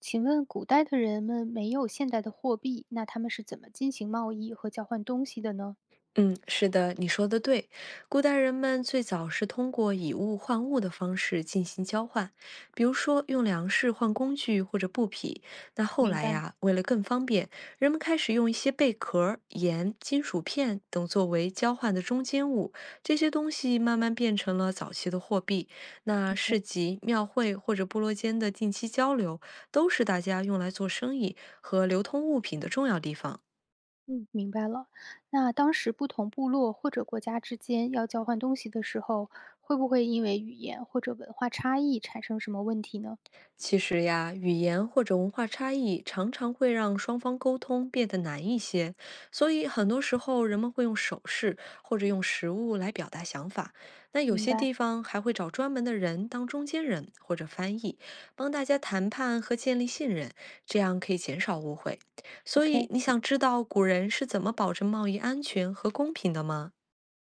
请问古代的人们没有现代的货币，那他们是怎么进行贸易和交换东西的呢？嗯，是的，你说的对。古代人们最早是通过以物换物的方式进行交换，比如说用粮食换工具或者布匹。那后明来白呀，为了更方便，人们开始用一些贝壳儿盐、金属片等作为交换的中间物，这些东西慢慢变成了早期的货币。那，OK，市集、庙会或者部落间的定期交流，都是大家用来做生意和流通物品的重要地方。嗯，明白了。那当时不同部落或者国家之间要交换东西的时候，会不会因为语言或者文化差异产生什么问题呢？其实呀，语言或者文化差异常常会让双方沟通变得难一些，所以很多时候人们会用手势或者用食物来表达想法。那有明些白。 地方还会找专门的人当中间人或者翻译，帮大家谈判和建立信任，这样可以减少误会。o 所以 k。 你想知道古人是怎么保证贸易安全和公平的吗？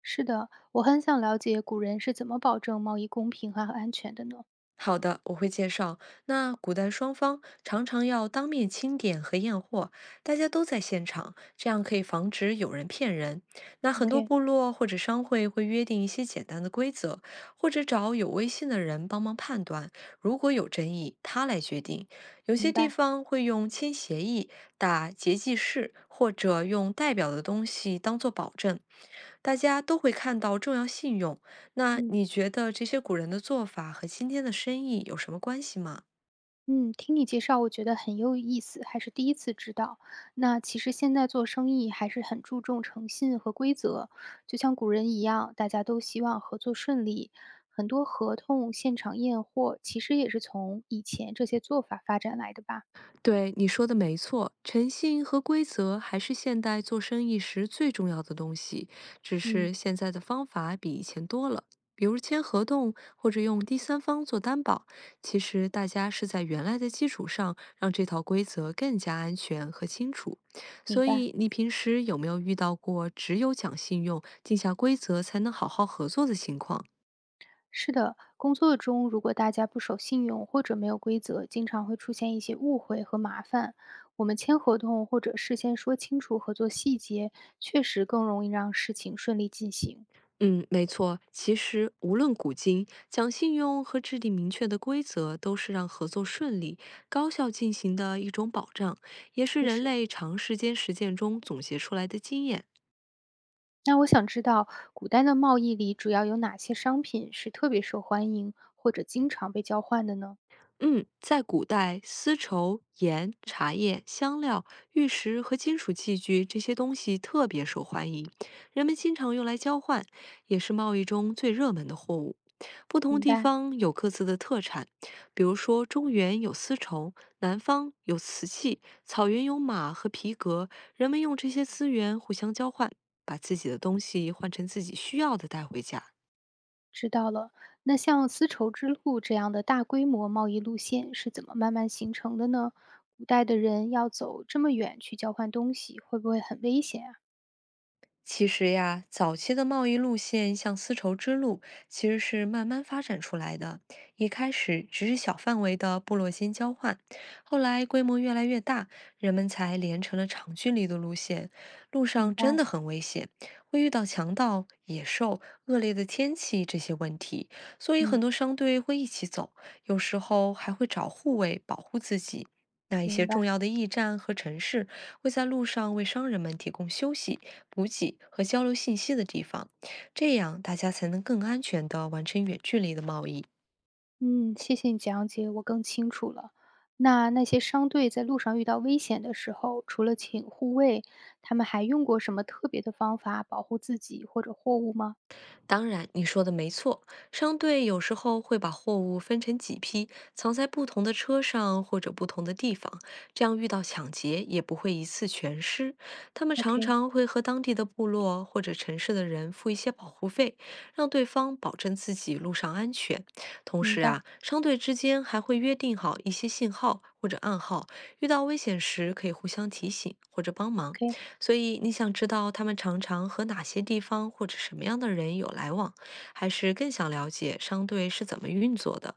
是的，我很想了解古人是怎么保证贸易公平和安全的呢？好的，我会介绍。那古代双方常常要当面清点和验货，大家都在现场，这样可以防止有人骗人。那 o 很 k。 多部落或者商会会约定一些简单的规则，或者找有威信的人帮忙判断，如果有争议，他来决定。有些明地白。方会用签协议、打结记誓，或者用代表的东西当做保证，大家都会看到重要信用。那嗯，你觉得这些古人的做法和今天的生意有什么关系吗？嗯，听你介绍，我觉得很有意思，还是第一次知道。那其实现在做生意还是很注重诚信和规则，就像古人一样，大家都希望合作顺利。很多合同、现场验货，其实也是从以前这些做法发展来的吧？对，你说的没错，诚信和规则还是现代做生意时最重要的东西，只嗯，是现在的方法比以前多了，比如签合同或者用第三方做担保。其实大家是在原来的基础上，让这套规则更加安全和清楚。明所白。以你平时有没有遇到过只有讲信用、定下规则才能好好合作的情况？是的，工作中如果大家不守信用或者没有规则，经常会出现一些误会和麻烦。我们签合同或者事先说清楚合作细节，确实更容易让事情顺利进行。嗯，没错。其实，无论古今，讲信用和制定明确的规则，都是让合作顺利、高效进行的一种保障，也是确人实，类长时间实践中总结出来的经验。那我想知道，古代的贸易里主要有哪些商品是特别受欢迎或者经常被交换的呢？嗯，在古代，丝绸、盐、茶叶、香料、玉石和金属器具这些东西特别受欢迎，人们经常用来交换，也是贸易中最热门的货物。不同明地白。方有各自的特产，比如说中原有丝绸，南方有瓷器，草原有马和皮革。人们用这些资源互相交换，把自己的东西换成自己需要的带回家。知道了。那像丝绸之路这样的大规模贸易路线是怎么慢慢形成的呢？古代的人要走这么远去交换东西，会不会很危险啊？其实呀，早期的贸易路线像丝绸之路，其实是慢慢发展出来的。一开始只是小范围的部落间交换，后来规模越来越大，人们才连成了长距离的路线。路明上真白，的很危险，会遇到强盗、野兽、恶劣的天气这些问题，所以很嗯，多商队会一起走，有时候还会找护卫保护自己。那一明些白，重要的驿站和城市会在路上为商人们提供休息。补给和交流信息的地方，这样大家才能更安全的完成远距离的贸易。嗯，谢谢你讲解，我更清楚了。那那些商队在路上遇到危险的时候，除了请护卫，他们还用过什么特别的方法保护自己或者货物吗当然，你说的没错，商队有时候会把货物分成几批，藏在不同的车上或者不同的地方，这样遇到抢劫也不会一次全失。他们常？OK，常会和当地的部落或者城市的人付一些保护费，让对方保证自己路上安全。同明时白啊，商队之间还会约定好一些信号或者暗号，遇到危险时可以互相提醒或者帮忙。，OK。所以你想知道他们常常和哪些地方或者什么样的人有来往，还是更想了解商队是怎么运作的？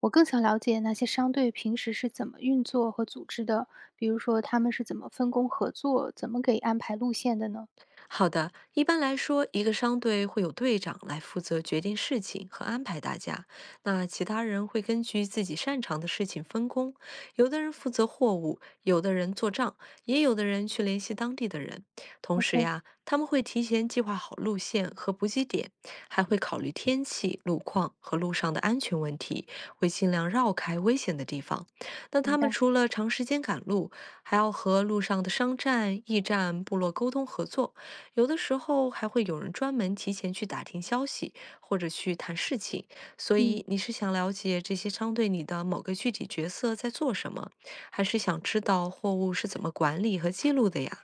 我更想了解那些商队平时是怎么运作和组织的，比如说他们是怎么分工合作，怎么给安排路线的呢好的，一般来说，一个商队会有队长来负责决定事情和安排大家，那其他人会根据自己擅长的事情分工，有的人负责货物，有的人做账，也有的人去联系当地的人。同时？OK，呀，他们会提前计划好路线和补给点，还会考虑天气、路况和路上的安全问题，会尽量绕开危险的地方。那他明们白。除了长时间赶路，还要和路上的商站、驿站、部落沟通合作。有的时候还会有人专门提前去打听消息，或者去谈事情。所嗯，以你是想了解这些商队里的某个具体角色在做什么，还是想知道货物是怎么管理和记录的呀？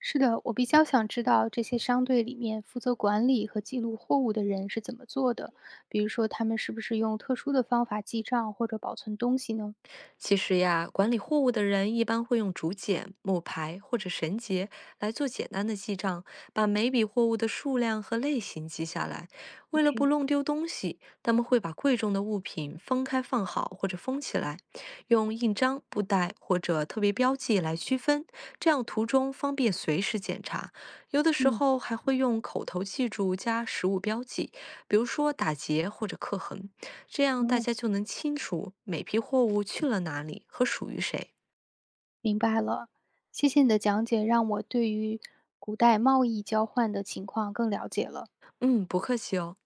是的，我比较想知道这些商队里面负责管理和记录货物的人是怎么做的，比如说他们是不是用特殊的方法记账或者保存东西呢其实呀，管理货物的人一般会用竹简、木牌或者绳结来做简单的记账，把每笔货物的数量和类型记下来。为了不？OK，弄丢东西，他们会把贵重的物品分开放好或者封起来，用印章、布袋或者特别标记来区分，这样途中方便随时检查。有的时嗯，候还会用口头记住加实物标记。比如说打结或者刻痕，这样哦，大家就能清楚每批货物去了哪里和属于谁。明白了，谢谢你的讲解，让我对于古代贸易交换的情况更了解了。嗯，不客气哦。